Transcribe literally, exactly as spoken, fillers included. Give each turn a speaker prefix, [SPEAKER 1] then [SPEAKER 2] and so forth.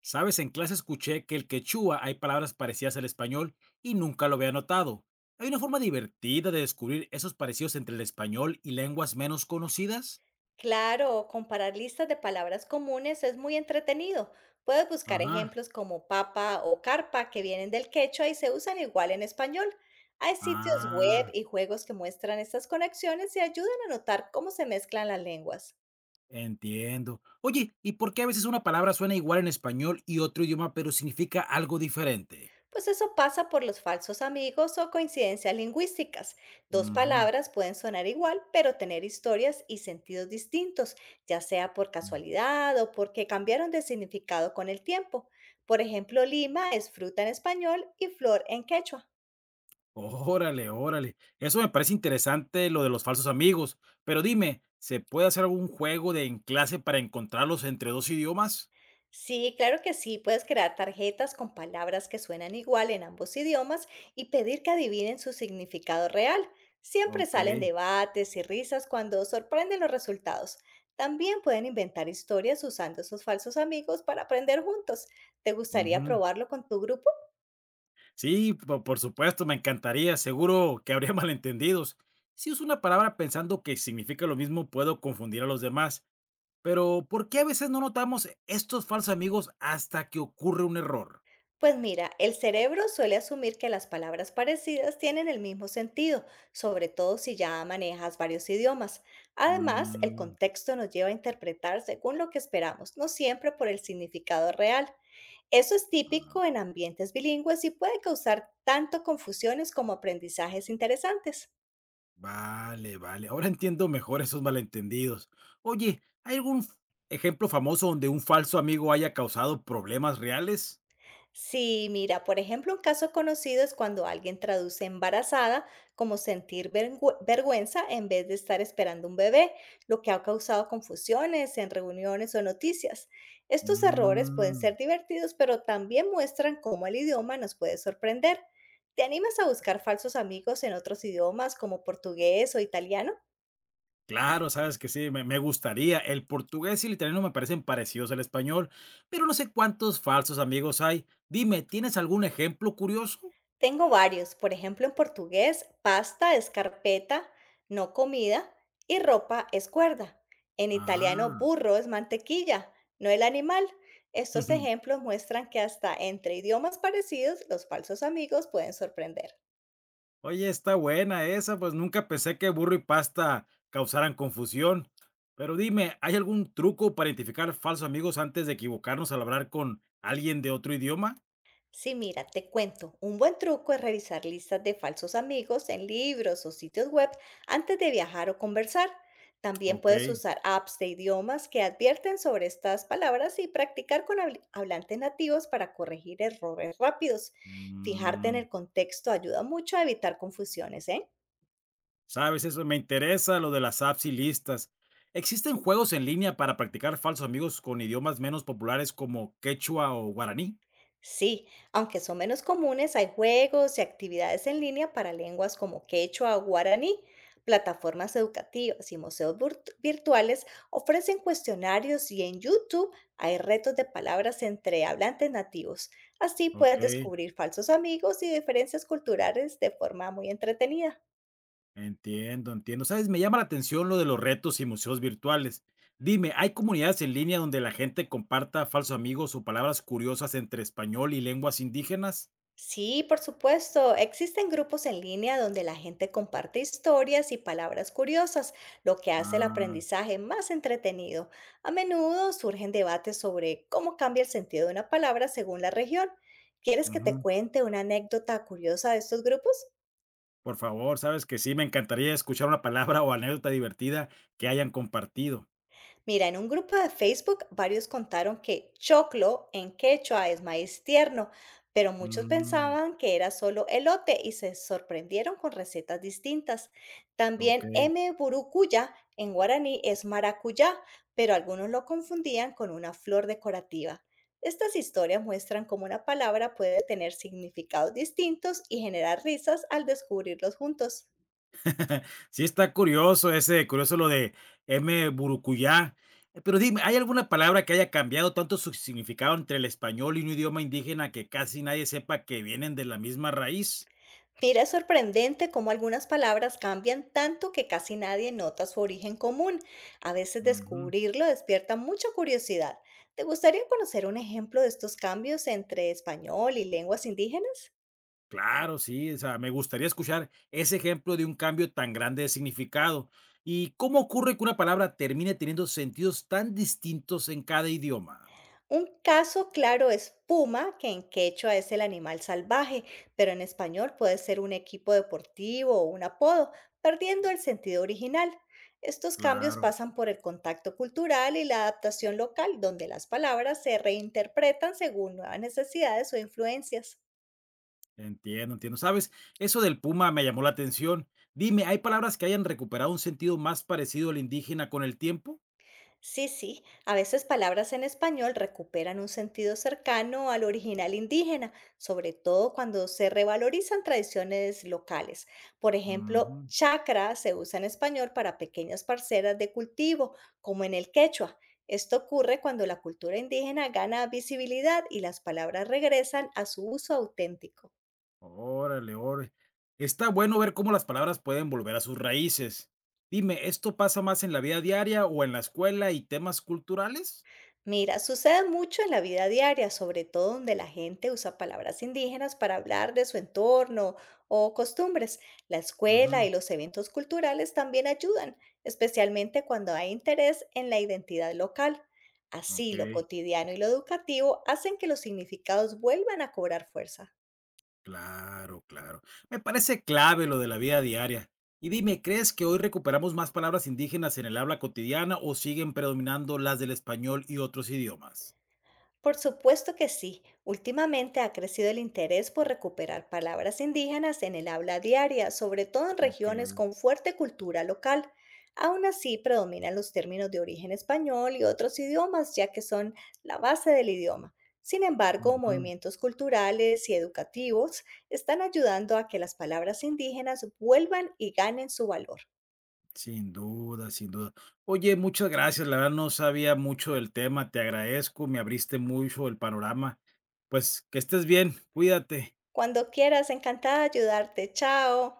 [SPEAKER 1] Sabes, en clase escuché que el quechua hay palabras parecidas al español y nunca lo había notado. ¿Hay una forma divertida de descubrir esos parecidos entre el español y lenguas menos conocidas?
[SPEAKER 2] Claro, comparar listas de palabras comunes es muy entretenido. Puedes buscar
[SPEAKER 1] Ajá.
[SPEAKER 2] ejemplos como papa o carpa que vienen del quechua y se usan igual en español. Hay sitios web
[SPEAKER 1] Ah,
[SPEAKER 2] y juegos que muestran estas conexiones y ayudan a notar cómo se mezclan las lenguas.
[SPEAKER 1] entiendo. Oye, ¿y por qué a veces una palabra suena igual en español y otro idioma, pero significa algo diferente?
[SPEAKER 2] Pues eso pasa por los falsos amigos o coincidencias lingüísticas. Dos
[SPEAKER 1] Ujú.
[SPEAKER 2] palabras pueden sonar igual, pero tener historias y sentidos distintos, ya sea por casualidad o porque cambiaron de significado con el tiempo. Por ejemplo, lima es fruta en español y flor en quechua.
[SPEAKER 1] Órale, órale. Eso me parece interesante lo de los falsos amigos. Pero dime, ¿se puede hacer algún juego de en clase para encontrarlos entre dos idiomas?
[SPEAKER 2] Sí, claro que sí. Puedes crear tarjetas con palabras que suenan igual en ambos idiomas y pedir que adivinen su significado real. Siempre
[SPEAKER 1] Ok.
[SPEAKER 2] salen debates y risas cuando sorprenden los resultados. También pueden inventar historias usando esos falsos amigos para aprender juntos. ¿Te gustaría
[SPEAKER 1] Ujú.
[SPEAKER 2] probarlo con tu grupo?
[SPEAKER 1] Sí, po por supuesto, me encantaría, seguro que habría malentendidos. Si uso una palabra pensando que significa lo mismo, puedo confundir a los demás. Pero, ¿por qué a veces no notamos estos falsos amigos hasta que ocurre un error?
[SPEAKER 2] Pues mira, el cerebro suele asumir que las palabras parecidas tienen el mismo sentido, sobre todo si ya manejas varios idiomas. Además, el
[SPEAKER 1] Mm,
[SPEAKER 2] contexto nos lleva a interpretar según lo que esperamos, no siempre por el significado real. Eso es
[SPEAKER 1] ah,
[SPEAKER 2] típico en ambientes bilingües y puede causar tanto confusiones como aprendizajes interesantes.
[SPEAKER 1] vale, vale, ahora entiendo mejor esos malentendidos. Oye, ¿hay algún f- ejemplo famoso donde un falso amigo haya causado problemas reales?
[SPEAKER 2] Sí, mira, por ejemplo, un caso conocido es cuando alguien traduce embarazada como sentir vergü- vergüenza en vez de estar esperando un bebé, lo que ha causado confusiones en reuniones o noticias. Estos errores pueden
[SPEAKER 1] Mm.
[SPEAKER 2] ser divertidos, pero también muestran cómo el idioma nos puede sorprender. ¿Te animas a buscar falsos amigos en otros idiomas como portugués o italiano?
[SPEAKER 1] Claro, sabes que sí, me, me gustaría. El portugués y el italiano me parecen parecidos al español, pero no sé cuántos falsos amigos hay. Dime, ¿tienes algún ejemplo curioso?
[SPEAKER 2] Tengo varios, por ejemplo, en portugués, pasta es carpeta, no comida, y ropa es cuerda. En italiano,
[SPEAKER 1] Ah,
[SPEAKER 2] burro es mantequilla, no el animal. Estos ejemplos muestran que hasta entre idiomas parecidos, los falsos amigos pueden sorprender.
[SPEAKER 1] oye, está buena esa, pues nunca pensé que burro y pasta causaran confusión. Pero dime, ¿hay algún truco para identificar falsos amigos antes de equivocarnos al hablar con alguien de otro idioma?
[SPEAKER 2] Sí, mira, te cuento. Un buen truco es revisar listas de falsos amigos en libros o sitios web antes de viajar o conversar. También puedes
[SPEAKER 1] Ok.
[SPEAKER 2] usar apps de idiomas que advierten sobre estas palabras y practicar con habl- hablantes nativos para corregir errores rápidos. Fijarte en
[SPEAKER 1] Mm,
[SPEAKER 2] el contexto ayuda mucho a evitar confusiones, ¿eh?
[SPEAKER 1] ¿Sabes eso? Me interesa lo de las apps y listas. ¿Existen juegos en línea para practicar falsos amigos con idiomas menos populares como quechua o guaraní?
[SPEAKER 2] Sí, aunque son menos comunes, hay juegos y actividades en línea para lenguas como quechua o guaraní. Plataformas educativas y museos virt- virtuales ofrecen cuestionarios y en YouTube hay retos de palabras entre hablantes nativos. Así
[SPEAKER 1] Ok,
[SPEAKER 2] puedes descubrir falsos amigos y diferencias culturales de forma muy entretenida.
[SPEAKER 1] entiendo, entiendo. ¿Sabes? Me llama la atención lo de los retos y museos virtuales. Dime, ¿hay comunidades en línea donde la gente comparta falsos amigos o palabras curiosas entre español y lenguas indígenas?
[SPEAKER 2] Sí, por supuesto. Existen grupos en línea donde la gente comparte historias y palabras curiosas, lo que hace el
[SPEAKER 1] Ah,
[SPEAKER 2] aprendizaje más entretenido. A menudo surgen debates sobre cómo cambia el sentido de una palabra según la región. ¿Quieres que te
[SPEAKER 1] ujú.
[SPEAKER 2] cuente una anécdota curiosa de estos grupos?
[SPEAKER 1] Por favor, sabes que sí, me encantaría escuchar una palabra o anécdota divertida que hayan compartido.
[SPEAKER 2] Mira, en un grupo de Facebook varios contaron que choclo en quechua es maíz tierno, pero muchos
[SPEAKER 1] Mm,
[SPEAKER 2] pensaban que era solo elote y se sorprendieron con recetas distintas.
[SPEAKER 1] ok.
[SPEAKER 2] También M. burucuya en guaraní es maracuyá, pero algunos lo confundían con una flor decorativa. Estas historias muestran cómo una palabra puede tener significados distintos y generar risas al descubrirlos juntos.
[SPEAKER 1] Sí, está curioso ese curioso lo de M. Burucuyá. Eh, Pero dime, ¿hay alguna palabra que haya cambiado tanto su significado entre el español y un idioma indígena que casi nadie sepa que vienen de la misma raíz?
[SPEAKER 2] Mira, es sorprendente cómo algunas palabras cambian tanto que casi nadie nota su origen común. A veces
[SPEAKER 1] Ujú.
[SPEAKER 2] descubrirlo despierta mucha curiosidad. ¿Te gustaría conocer un ejemplo de estos cambios entre español y lenguas indígenas?
[SPEAKER 1] Claro, sí, o sea, me gustaría escuchar ese ejemplo de un cambio tan grande de significado. ¿Y cómo ocurre que una palabra termine teniendo sentidos tan distintos en cada idioma?
[SPEAKER 2] Un caso claro es puma, que en quechua es el animal salvaje, pero en español puede ser un equipo deportivo o un apodo, perdiendo el sentido original. Estos cambios
[SPEAKER 1] Claro.
[SPEAKER 2] pasan por el contacto cultural y la adaptación local, donde las palabras se reinterpretan según nuevas necesidades o influencias.
[SPEAKER 1] Entiendo, entiendo. ¿Sabes? Eso del puma me llamó la atención. Dime, ¿hay palabras que hayan recuperado un sentido más parecido al indígena con el tiempo?
[SPEAKER 2] Sí, sí, a veces palabras en español recuperan un sentido cercano al original indígena, sobre todo cuando se revalorizan tradiciones locales. Por ejemplo,
[SPEAKER 1] Ujú.
[SPEAKER 2] chacra se usa en español para pequeñas parcelas de cultivo, como en el quechua. Esto ocurre cuando la cultura indígena gana visibilidad y las palabras regresan a su uso auténtico.
[SPEAKER 1] Órale, órale. Está bueno ver cómo las palabras pueden volver a sus raíces. Dime, ¿esto pasa más en la vida diaria o en la escuela y temas culturales?
[SPEAKER 2] Mira, sucede mucho en la vida diaria, sobre todo donde la gente usa palabras indígenas para hablar de su entorno o costumbres. La escuela
[SPEAKER 1] Ujú.
[SPEAKER 2] y los eventos culturales también ayudan, especialmente cuando hay interés en la identidad local. Así, lo
[SPEAKER 1] Ok,
[SPEAKER 2] cotidiano y lo educativo hacen que los significados vuelvan a cobrar fuerza.
[SPEAKER 1] claro, claro. Me parece clave lo de la vida diaria. Y dime, ¿crees que hoy recuperamos más palabras indígenas en el habla cotidiana o siguen predominando las del español y otros idiomas?
[SPEAKER 2] Por supuesto que sí. Últimamente ha crecido el interés por recuperar palabras indígenas en el habla diaria, sobre todo en
[SPEAKER 1] Ok,
[SPEAKER 2] regiones con fuerte cultura local. Aún así, predominan los términos de origen español y otros idiomas, ya que son la base del idioma. Sin embargo,
[SPEAKER 1] ujú.
[SPEAKER 2] movimientos culturales y educativos están ayudando a que las palabras indígenas vuelvan y ganen su valor.
[SPEAKER 1] Sin duda, sin duda. Oye, muchas gracias, la verdad no sabía mucho del tema, te agradezco, me abriste mucho el panorama. Pues, que estés bien, cuídate.
[SPEAKER 2] Cuando quieras, encantada de ayudarte. Chao.